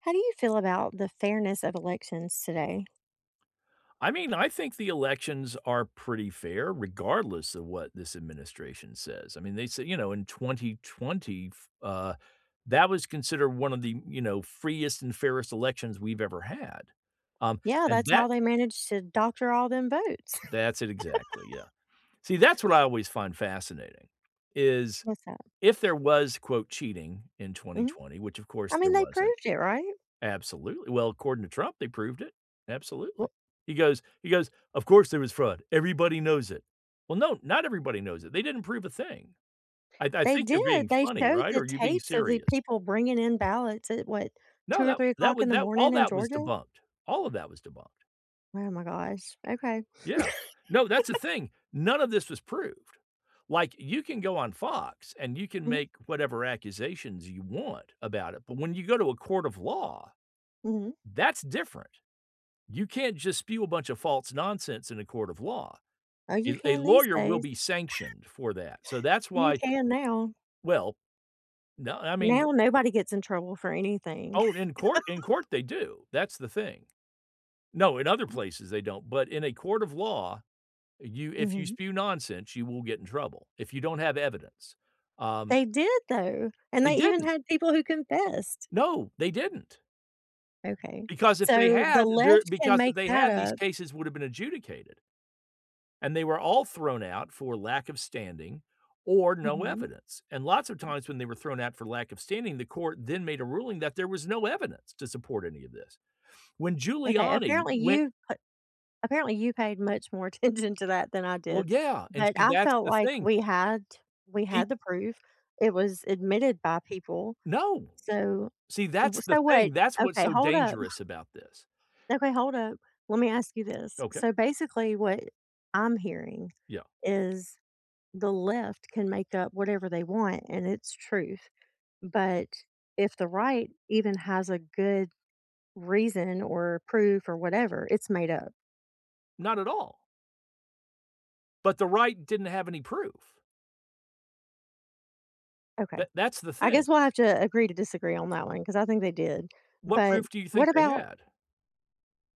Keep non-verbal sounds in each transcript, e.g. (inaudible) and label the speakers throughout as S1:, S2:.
S1: How do you feel about the fairness of elections today?
S2: I mean, I think the elections are pretty fair regardless of what this administration says. I mean, they say, you know, in 2020, that was considered one of the, you know, freest and fairest elections we've ever had. Um,
S1: Yeah,
S2: and
S1: that's how
S2: that
S1: they managed to doctor all them votes.
S2: that's it exactly. Yeah. See, that's what I always find fascinating
S1: (laughs)
S2: is
S1: What's that?
S2: if there was, quote, cheating in
S1: Mhm.
S2: 2020, which of course
S1: I
S2: there
S1: mean, they
S2: wasn't.
S1: proved it, right?
S2: Absolutely. Well, according to Trump, they proved it. Absolutely.
S1: Well,
S2: He goes, "Of course there was fraud. Everybody knows it." Well, no, not everybody knows it. They didn't prove a thing. I
S1: they
S2: think you're
S1: did.
S2: being
S1: They
S2: funny,
S1: showed
S2: right? Or
S1: the
S2: are you being
S1: tapes of the
S2: serious?
S1: people bringing in ballots at what, 2
S2: No,
S1: or
S2: that
S1: 3
S2: that
S1: o'clock in
S2: was
S1: the
S2: that
S1: morning
S2: all
S1: in
S2: that was
S1: Georgia?
S2: debunked. All of that was debunked.
S1: Oh my gosh. Okay.
S2: Yeah. No, that's the thing. None of this was proved. Like, you can go on Fox and you can
S1: Mhm,
S2: make whatever accusations you want about it, but when you go to a court of law,
S1: mhm.
S2: that's different. You can't just spew a bunch of false nonsense in a court of law.
S1: Oh, you
S2: A
S1: can these
S2: lawyer will
S1: days.
S2: be sanctioned for that. So that's
S1: You
S2: why
S1: can now.
S2: well, no, I mean,
S1: Now nobody gets in trouble for anything.
S2: oh,
S1: (laughs)
S2: in court, they do. That's the thing. No, in other places, they don't. But in a court of law, you if you
S1: Mhm.
S2: spew nonsense, you will get in trouble if you don't have evidence. Um,
S1: They did, though, and
S2: they
S1: they even
S2: didn't.
S1: had people who confessed.
S2: No, they didn't.
S1: Okay.
S2: Because if they
S1: So the
S2: had,
S1: left can make that
S2: these
S1: up.
S2: cases would have been adjudicated. And they were all thrown out for lack of standing or no
S1: Mhm.
S2: evidence. And lots of times when they were thrown out for lack of standing, the court then made a ruling that there was no evidence to support any of this. When
S1: Okay,
S2: Giuliani
S1: apparently
S2: went,
S1: you put apparently you paid much more (laughs) attention to that than I
S2: well,
S1: did,
S2: yeah, and
S1: but
S2: see,
S1: I
S2: that's
S1: felt
S2: the
S1: like
S2: thing.
S1: we had
S2: He
S1: the proof. It was admitted by people.
S2: no,
S1: So
S2: see, that's the
S1: so
S2: thing.
S1: what?
S2: That's what's
S1: Okay,
S2: so
S1: hold up.
S2: dangerous about this.
S1: Okay, hold up. Let me ask you this.
S2: Okay,
S1: So basically what I'm hearing
S2: yeah,
S1: is the left can make up whatever they want and it's truth, but if the right even has a good reason or proof or whatever. It's made up.
S2: not at all. But the right didn't have any proof.
S1: Okay.
S2: That that's the
S1: I
S2: thing.
S1: guess we'll have to agree to disagree on that one because I think they did.
S2: What
S1: But
S2: proof do you
S1: what
S2: think they
S1: about,
S2: had?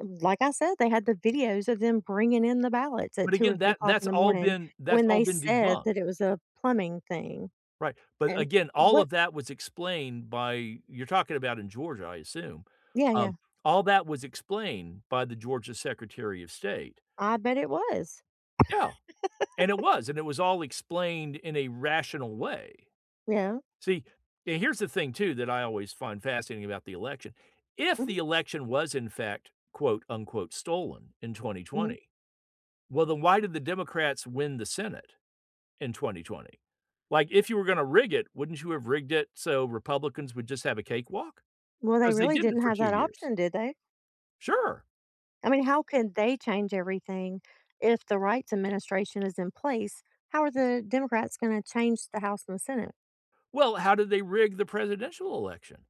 S1: like I said, they had the videos of them bringing in the ballots at
S2: But
S1: two or
S2: again,
S1: three
S2: that
S1: o'clock in
S2: that's
S1: the
S2: all
S1: morning
S2: been that's
S1: when
S2: all
S1: they
S2: been
S1: said
S2: debunked.
S1: that it was a plumbing thing.
S2: Right, but
S1: And
S2: again, all
S1: what?
S2: of that was explained by you're talking about in Georgia, I assume.
S1: Yeah, yeah.
S2: Um, all that was explained by the Georgia Secretary of State.
S1: I bet it was.
S2: Yeah, and it was all explained in a rational way.
S1: Yeah.
S2: See, and here's the thing too that I always find fascinating about the election. If the
S1: Hmm.
S2: election was in fact, quote, unquote, "stolen" in
S1: Hmm.
S2: 2020, well, then why did the Democrats win the Senate in 2020? Like, if you were gonna rig it, wouldn't you have rigged it so Republicans would just have a cakewalk?
S1: Well, they
S2: Because they
S1: really
S2: didn't
S1: didn't
S2: for
S1: have
S2: 2
S1: that
S2: years.
S1: option, did they?
S2: Sure.
S1: I mean, how can they change everything if the rights administration is in place? How are the Democrats going to change the House and the Senate?
S2: Well, how did they rig the presidential election?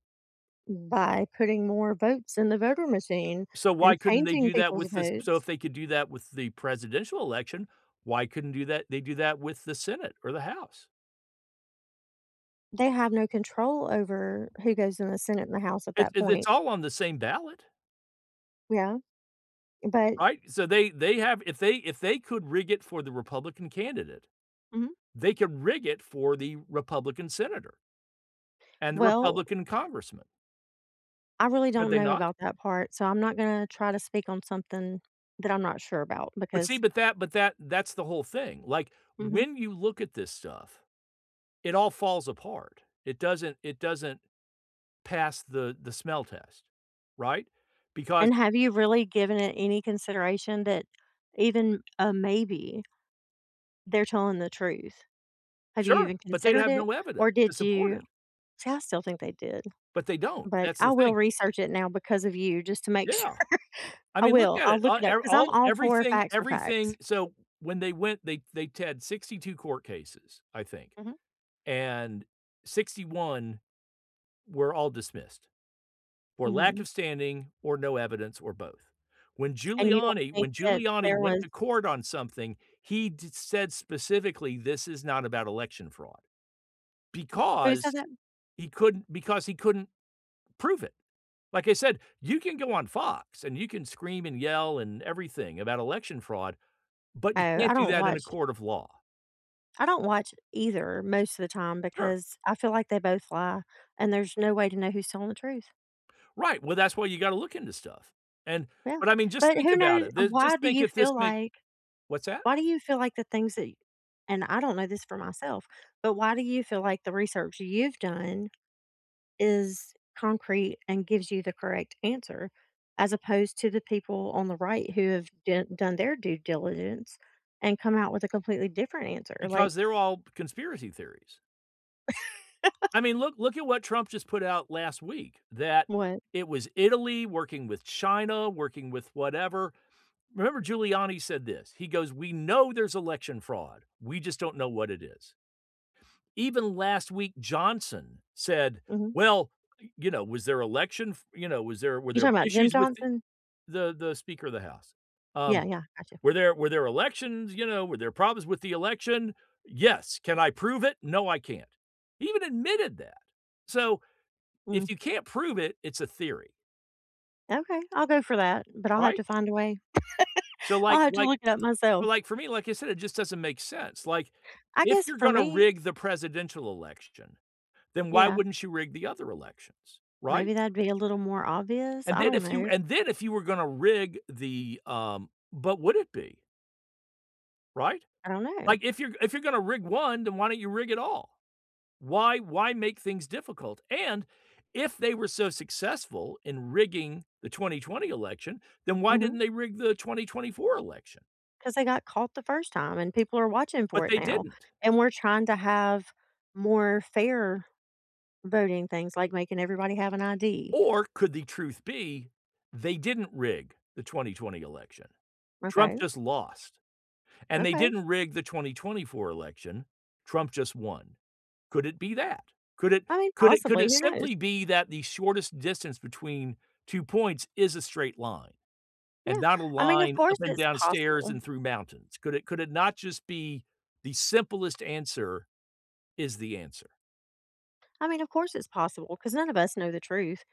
S1: By putting more votes in the voter machine
S2: So
S1: and
S2: why couldn't they
S1: changing
S2: do that
S1: people's
S2: with this so
S1: votes.
S2: if they could do that with the presidential election, why couldn't do that they do that with the Senate or the House?
S1: They have no control over who goes in the Senate and the House at
S2: It's
S1: that
S2: it's it's
S1: point.
S2: all on the same ballot,
S1: Yeah. But,
S2: right? So they have if they could rig it for the Republican candidate,
S1: hmm,
S2: they could rig it for the Republican senator and the
S1: well,
S2: Republican congressman.
S1: I really
S2: Could
S1: don't
S2: they
S1: know
S2: not?
S1: about that part. So I'm not going to try to speak on something that I'm not sure about
S2: But see,
S1: because
S2: but that that's the whole thing. Like,
S1: hmm.
S2: when you look at this stuff, it all falls apart. It doesn't pass the smell test, right? Because
S1: And have you really given it any consideration that even a maybe, they're telling the truth? Have you
S2: sure,
S1: even
S2: but they'd
S1: considered
S2: have
S1: it?
S2: no evidence
S1: Or
S2: to
S1: did
S2: support it,
S1: you see, I still think they did,
S2: but they don't.
S1: but
S2: That's the
S1: I will
S2: thing.
S1: research it now because of you just to make sure.
S2: Yeah.
S1: (laughs)
S2: I
S1: I
S2: mean, look
S1: will.
S2: at
S1: I'll
S2: it.
S1: look it up
S2: Ev
S1: because 'cause I'm
S2: all
S1: all for
S2: everything
S1: facts are
S2: everything
S1: facts.
S2: so when they went, they had 62 court cases, I think,
S1: Mhm.
S2: and 61 were all dismissed for lack
S1: Mhm.
S2: of standing or no evidence or both. When
S1: And you don't
S2: Giuliani
S1: think
S2: when
S1: that
S2: Giuliani
S1: there
S2: went
S1: was
S2: to court on something, he d said specifically, "This is not about election fraud,"
S1: who said
S2: because
S1: that?
S2: because he couldn't prove it. Like I said, you can go on Fox and you can scream and yell and everything about election fraud, but you
S1: Oh, I
S2: can't do
S1: don't
S2: that in a
S1: watch
S2: court of law.
S1: I don't watch either most of the time
S2: Sure.
S1: because I feel like they both lie and there's no way to know who's telling the truth.
S2: Right, well, that's why you gotta look into stuff, and
S1: Yeah,
S2: but, I mean, just
S1: but
S2: think
S1: who
S2: about
S1: knows
S2: it. Th
S1: why
S2: just
S1: do
S2: think
S1: you
S2: if this
S1: feel
S2: makes
S1: like
S2: What's that?
S1: why do you feel like the things that and I don't know this for myself, but why do you feel like the research you've done is concrete and gives you the correct answer as opposed to the people on the right who have done their due diligence and come out with a completely different answer? Like
S2: Because they're all conspiracy theories. I mean, look at what Trump just put out last week, that
S1: what?
S2: it was Italy working with China, working with whatever. Remember Giuliani said this, he goes, "We know there's election fraud, we just don't know what it is." Even last week, Johnson said,
S1: Hmm.
S2: "Well, you know, was there election f you know, was there were
S1: You
S2: there
S1: talking about Jim
S2: issues with the
S1: Johnson?
S2: the Speaker of the House? Um,
S1: Yeah, yeah, gotcha.
S2: were there elections, you know, were there problems with the election? Yes. Can I prove it? No, I can't." He even admitted that. So
S1: Mm,
S2: if you can't prove it, it's a theory,
S1: okay, I'll go for that, but I'll have
S2: right?
S1: to find a way.
S2: So,
S1: (laughs) I'll
S2: like
S1: have to
S2: like
S1: look it up
S2: so,
S1: myself.
S2: like, for me, like I said, it just doesn't make sense. Like,
S1: I
S2: if
S1: guess
S2: you're
S1: for
S2: gonna
S1: me,
S2: rig the presidential election, then why
S1: yeah.
S2: wouldn't you rig the other elections, right?
S1: Maybe that'd be a little more obvious,
S2: And
S1: I
S2: then
S1: don't know,
S2: if you were gonna rig the, but would it be, right?
S1: I don't know.
S2: Like, if you're gonna rig one, then why don't you rig it all? Why make things difficult? And if they were so successful in rigging the 2020 election, then why
S1: Because
S2: didn't they rig the 2024 election?
S1: they got caught the first time and people are watching for
S2: But
S1: it
S2: they
S1: now,
S2: didn't.
S1: and we're trying to have more fair voting things, like making everybody have an ID.
S2: Or could the truth be they didn't rig the 2020 election? Trump
S1: Okay,
S2: just lost. And they
S1: okay.
S2: didn't rig the 2024 election. Trump just won. Could it be that? Could it
S1: I mean,
S2: could it could
S1: possibly,
S2: it
S1: who knows?
S2: simply be that the shortest distance between 2 points is a straight line and
S1: Yeah,
S2: not a
S1: I mean, of
S2: line
S1: course
S2: up and
S1: it's
S2: down stairs
S1: possible.
S2: and through mountains? Could it not just be the simplest answer is the answer?
S1: I mean, of course it's possible because none of us know the truth,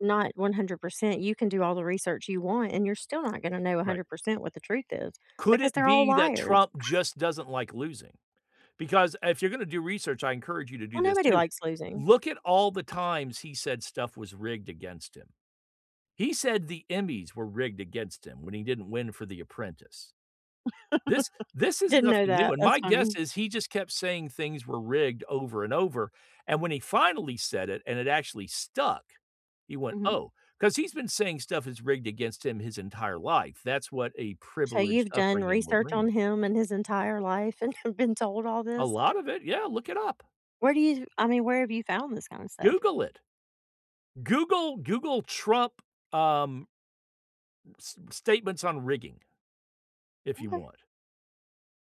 S1: not 100%. You can do all the research you want, and you're still not gonna know
S2: Right.
S1: 100% what the truth is
S2: Could
S1: because
S2: it
S1: they're all
S2: be that
S1: liars.
S2: Trump just doesn't like losing? Because if you're gonna do research, I encourage you to do
S1: Well,
S2: this
S1: nobody
S2: too.
S1: likes losing.
S2: Look at all the times he said stuff was rigged against him. He said the Emmys were rigged against him when he didn't win for The Apprentice. This is
S1: Didn't know
S2: nothing new,
S1: that.
S2: and
S1: That's
S2: my guess
S1: funny.
S2: is he just kept saying things were rigged over and over, and when he finally said it and it actually stuck, he went,
S1: Mhm.
S2: oh, because 'cause he's been saying stuff is rigged against him his entire life. That's what a
S1: So
S2: privileged
S1: you've done
S2: upbringing will
S1: research
S2: bring
S1: on
S2: you.
S1: him and his entire life and (laughs) been told all
S2: A
S1: this?
S2: lot of it, yeah, look it up.
S1: Where do you I mean, where have you found this kind of stuff?
S2: Google it. Google Trump, um, s statements on rigging if you
S1: Okay.
S2: want,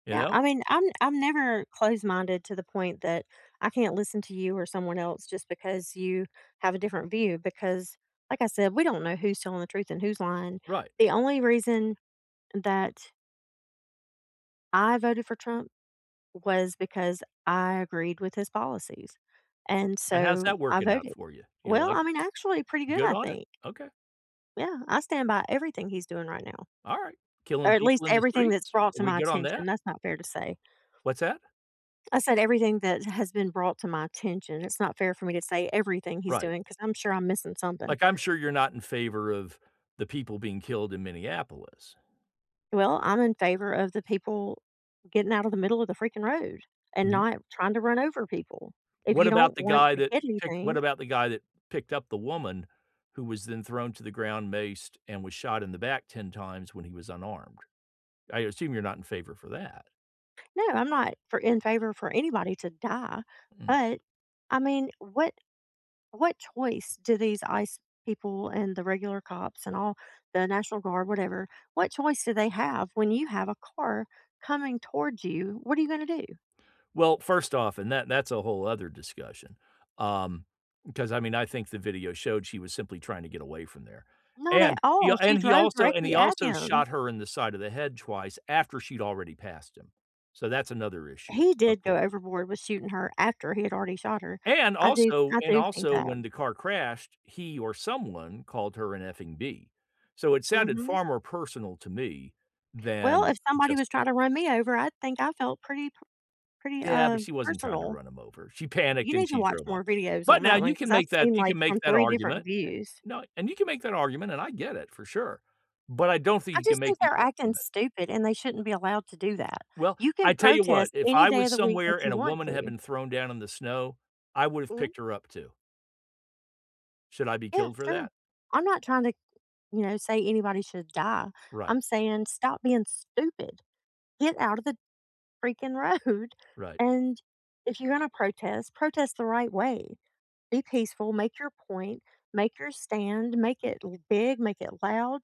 S2: you
S1: Yeah,
S2: know?
S1: I mean, I'm never closed-minded to the point that I can't listen to you or someone else just because you have a different view because, like I said, we don't know who's telling the truth and who's lying.
S2: Right,
S1: The only reason that I voted for Trump was because I agreed with his policies, and
S2: and how's
S1: so
S2: that
S1: I
S2: working out
S1: voted.
S2: for you? You
S1: Well,
S2: like
S1: I
S2: it?
S1: mean, actually pretty good,
S2: Good
S1: I
S2: on it?
S1: think.
S2: Okay,
S1: Yeah, I stand by everything he's doing right now,
S2: alright.
S1: or
S2: Killing
S1: at least
S2: people in the
S1: everything that's
S2: streets?
S1: brought to
S2: Are we
S1: my
S2: good on
S1: attention.
S2: that?
S1: That's not fair to say.
S2: What's that?
S1: I said everything that has been brought to my attention. It's not fair for me to say everything he's
S2: Right.
S1: doing because I'm sure I'm missing something.
S2: Like, I'm sure you're not in favor of the people being killed in Minneapolis.
S1: Well, I'm in favor of the people getting out of the middle of the freaking road and
S2: Mhm.
S1: not trying to run over people. If you don't want to get anything,
S2: What about the guy that picked up the woman who was then thrown to the ground, maced, and was shot in the back 10 times when he was unarmed? I assume you're not in favor for that.
S1: no, I'm not for in favor for anybody to die,
S2: Mm.
S1: but I mean, what choice do these ICE people and the regular cops and all the National Guard, whatever, what choice do they have when you have a car coming towards you? What are you gonna do?
S2: Well, first off, and that that's a whole other discussion. Um, because I mean, I think the video showed she was simply trying to get away from there,
S1: Not at
S2: and he
S1: all. She
S2: and he
S1: drove
S2: also and
S1: directly
S2: he
S1: at
S2: also
S1: him.
S2: shot her in the side of the head twice after she'd already passed him, so that's another issue,
S1: He
S2: of
S1: did go
S2: course,
S1: overboard with shooting her after he had already shot her.
S2: and
S1: I do
S2: also
S1: I
S2: and
S1: do think
S2: also
S1: that.
S2: when the car crashed, he or someone called her an effing B, so it sounded
S1: Mhm.
S2: far more personal to me
S1: Well,
S2: than
S1: if somebody
S2: just
S1: was trying
S2: that.
S1: to run me over, I think I felt pretty pretty,
S2: Yeah, but she wasn't trying to
S1: personal.
S2: run him over. She
S1: You
S2: panicked
S1: need
S2: and
S1: to
S2: she
S1: watch
S2: drove
S1: more
S2: off.
S1: videos
S2: But
S1: on
S2: now
S1: that one because 'cause I've seen,
S2: you
S1: like,
S2: can make
S1: from
S2: that
S1: 3 different
S2: argument.
S1: views.
S2: No, and you can make that argument, and I get it for sure. But I don't think
S1: I
S2: you can
S1: just
S2: make
S1: think
S2: the
S1: they're acting
S2: argument.
S1: stupid, and they shouldn't be allowed to do that.
S2: Well,
S1: You can
S2: I tell you what,
S1: protest
S2: if
S1: any
S2: I
S1: day
S2: was
S1: of the week
S2: somewhere
S1: that you
S2: and a
S1: want
S2: woman had
S1: to.
S2: been thrown down in the snow, I would have
S1: Mhm.
S2: picked her up too. Should I be
S1: Yeah,
S2: killed for
S1: sure.
S2: that?
S1: I'm not trying to, you know, say anybody should die.
S2: Right,
S1: I'm saying stop being stupid. Get out of the freaking road, (laughs)
S2: right.
S1: and if you're gonna protest, protest the right way. Be peaceful, make your point, make your stand, make it l big, make it loud.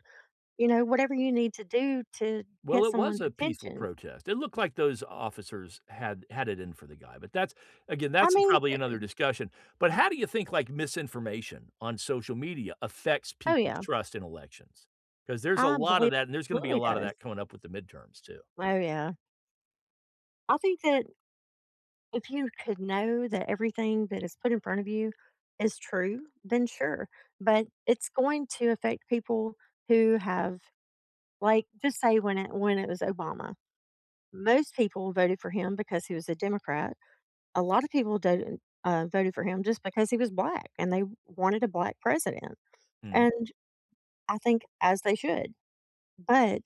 S1: You know, whatever you need to do to
S2: Well,
S1: get
S2: it was
S1: someone's
S2: a peaceful
S1: attention.
S2: protest. It looked like those officers had had it in for the guy, but that's again,
S1: I
S2: that's
S1: mean,
S2: probably another
S1: th
S2: discussion. But how do you think like misinformation on social media affects
S1: oh,
S2: people's
S1: yeah.
S2: trust in elections? Because there's a
S1: I
S2: lot
S1: believe
S2: of that, and there's
S1: it
S2: going to be a
S1: absolutely
S2: lot of
S1: does.
S2: that coming up with the midterms too.
S1: Oh, yeah. I think that if you could know that everything that is put in front of you is true, then sure, but it's going to affect people who have like, just say when it was Obama. Most people voted for him because he was a Democrat. A lot of people don't, voted for him just because he was black, and they wanted a black president,
S2: Mm.
S1: and I think as they should. But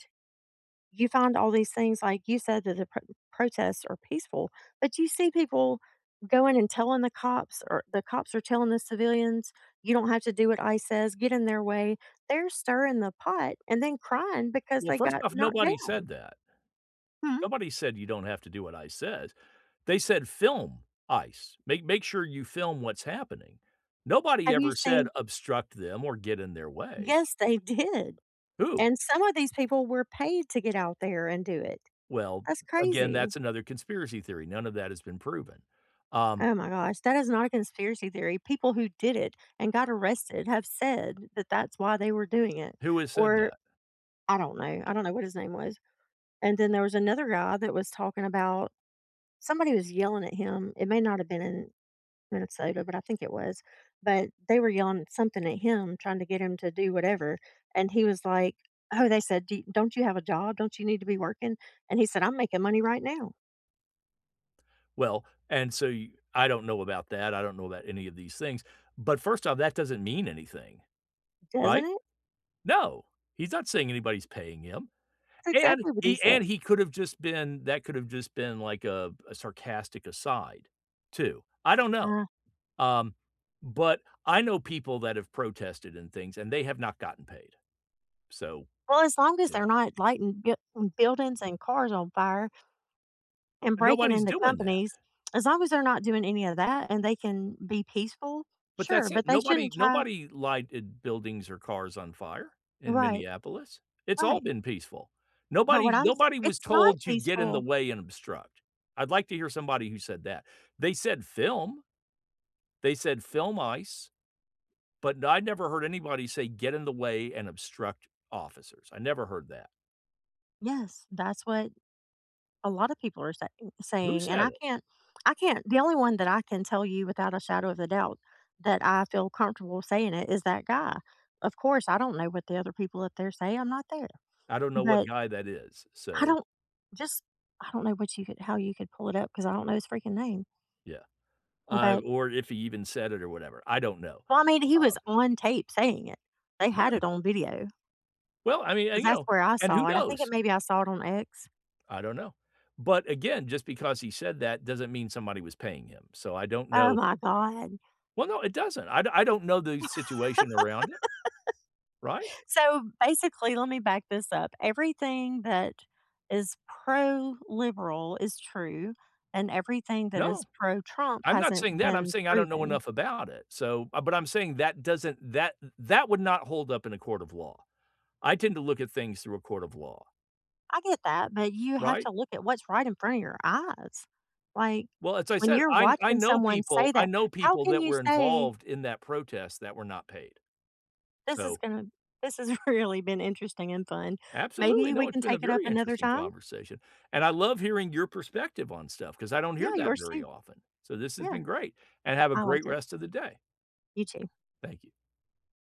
S1: you find all these things, like you said, that the protests are peaceful, but you see people going and telling the cops, or the cops are telling the civilians, you don't have to do what ICE says, get in their way. They're stirring the pot and then crying because
S2: Well,
S1: they
S2: first
S1: got
S2: off,
S1: knocked
S2: nobody
S1: down.
S2: said that.
S1: Hmm.
S2: Nobody said you don't have to do what ICE says. They said film ICE. Make sure you film what's happening. Nobody
S1: Have you
S2: ever said
S1: seen?
S2: obstruct them or get in their way.
S1: Yes, they (laughs) did.
S2: Who?
S1: And some of these people were paid to get out there and do it.
S2: Well,
S1: That's
S2: again,
S1: crazy.
S2: that's another conspiracy theory. None of that has been proven. Um,
S1: Oh my gosh, that is not a conspiracy theory. People who did it and got arrested have said that that's why they were doing it.
S2: who has said
S1: Or
S2: that?
S1: I don't know. I don't know what his name was. And then there was another guy that was talking about somebody was yelling at him. It may not have been in Minnesota, but I think it was. But they were yelling something at him, trying to get him to do whatever. And he was like, oh, they said, do don't you have a job? Don't you need to be working? And he said, I'm making money right now.
S2: Well, and so you I don't know about that. I don't know about any of these things. But first off, that doesn't mean anything,
S1: Doesn't
S2: right?
S1: it?
S2: No, he's not saying anybody's paying him.
S1: That's
S2: And
S1: exactly what he
S2: he
S1: said.
S2: and he could have just been that could have just been like a sarcastic aside too. I don't know. Um, but I know people that have protested and things, and they have not gotten paid. So,
S1: Well, as long as
S2: you
S1: they're
S2: know,
S1: not lighting buildings and cars on fire and
S2: but
S1: breaking
S2: nobody's
S1: into
S2: doing that.
S1: companies, as long as they're not doing any of that and they can be peaceful,
S2: But
S1: sure,
S2: that's it.
S1: but they
S2: Nobody
S1: shouldn't try
S2: nobody lighted buildings or cars on fire in
S1: right,
S2: Minneapolis. It's all
S1: right.
S2: been peaceful.
S1: But what
S2: Nobody
S1: I'm s
S2: nobody was
S1: it's not
S2: told to get in the
S1: peaceful.
S2: way and obstruct. I'd like to hear somebody who said that. They said film. They said film ICE, but I never heard anybody say get in the way and obstruct officers. I never heard that.
S1: Yes, that's what a lot of people are
S2: Who
S1: saying, and
S2: said
S1: I
S2: it?
S1: can't I can't the only one that I can tell you without a shadow of a doubt that I feel comfortable saying it is that guy. Of course, I don't know what the other people up there say, I'm not there.
S2: I don't know what
S1: But
S2: guy that is.
S1: I
S2: So,
S1: don't just I don't know what you could how you could pull it up because I don't know his freaking name,
S2: yeah.
S1: but
S2: Or if he even said it or whatever. I don't know.
S1: well, I mean, he
S2: Um,
S1: was on tape saying it. They had
S2: alright.
S1: it on video because
S2: Well, I mean, and, you
S1: that's
S2: know,
S1: where I
S2: and who
S1: saw it. I think it
S2: knows?
S1: maybe I saw it on X.
S2: I don't know. But again, just because he said that doesn't mean somebody was paying him. So I don't
S1: Oh
S2: know.
S1: my god.
S2: Well, no, it doesn't. I don't know the situation around it, right?
S1: So, basically, let me back this up. Everything that is pro-liberal is true, and everything that is
S2: No.
S1: pro-Trump
S2: I'm not saying
S1: hasn't
S2: that. I'm
S1: been
S2: saying I don't know
S1: proven.
S2: enough about it. So, but I'm saying that doesn't that that would not hold up in a court of law. I tend to look at things through a court of law,
S1: I get that, but you have
S2: right?
S1: to look at what's right in front of your eyes. Like
S2: Well, as I
S1: when
S2: said,
S1: you're watching someone say
S2: I
S1: that,
S2: know
S1: how
S2: people
S1: can
S2: that
S1: you
S2: were
S1: say
S2: involved in that protest that were not paid.
S1: this is
S2: So
S1: going to this has (laughs) really been interesting and fun.
S2: Absolutely.
S1: Maybe we
S2: No, it's
S1: can
S2: been a
S1: take it up
S2: very
S1: another
S2: interesting
S1: time?
S2: conversation, and I love hearing your perspective on stuff because I don't hear
S1: Yeah,
S2: that
S1: yours
S2: very
S1: too.
S2: often. So this has
S1: Yeah,
S2: been great, and have a
S1: I
S2: great
S1: liked it.
S2: rest of the day.
S1: You too.
S2: Thank you.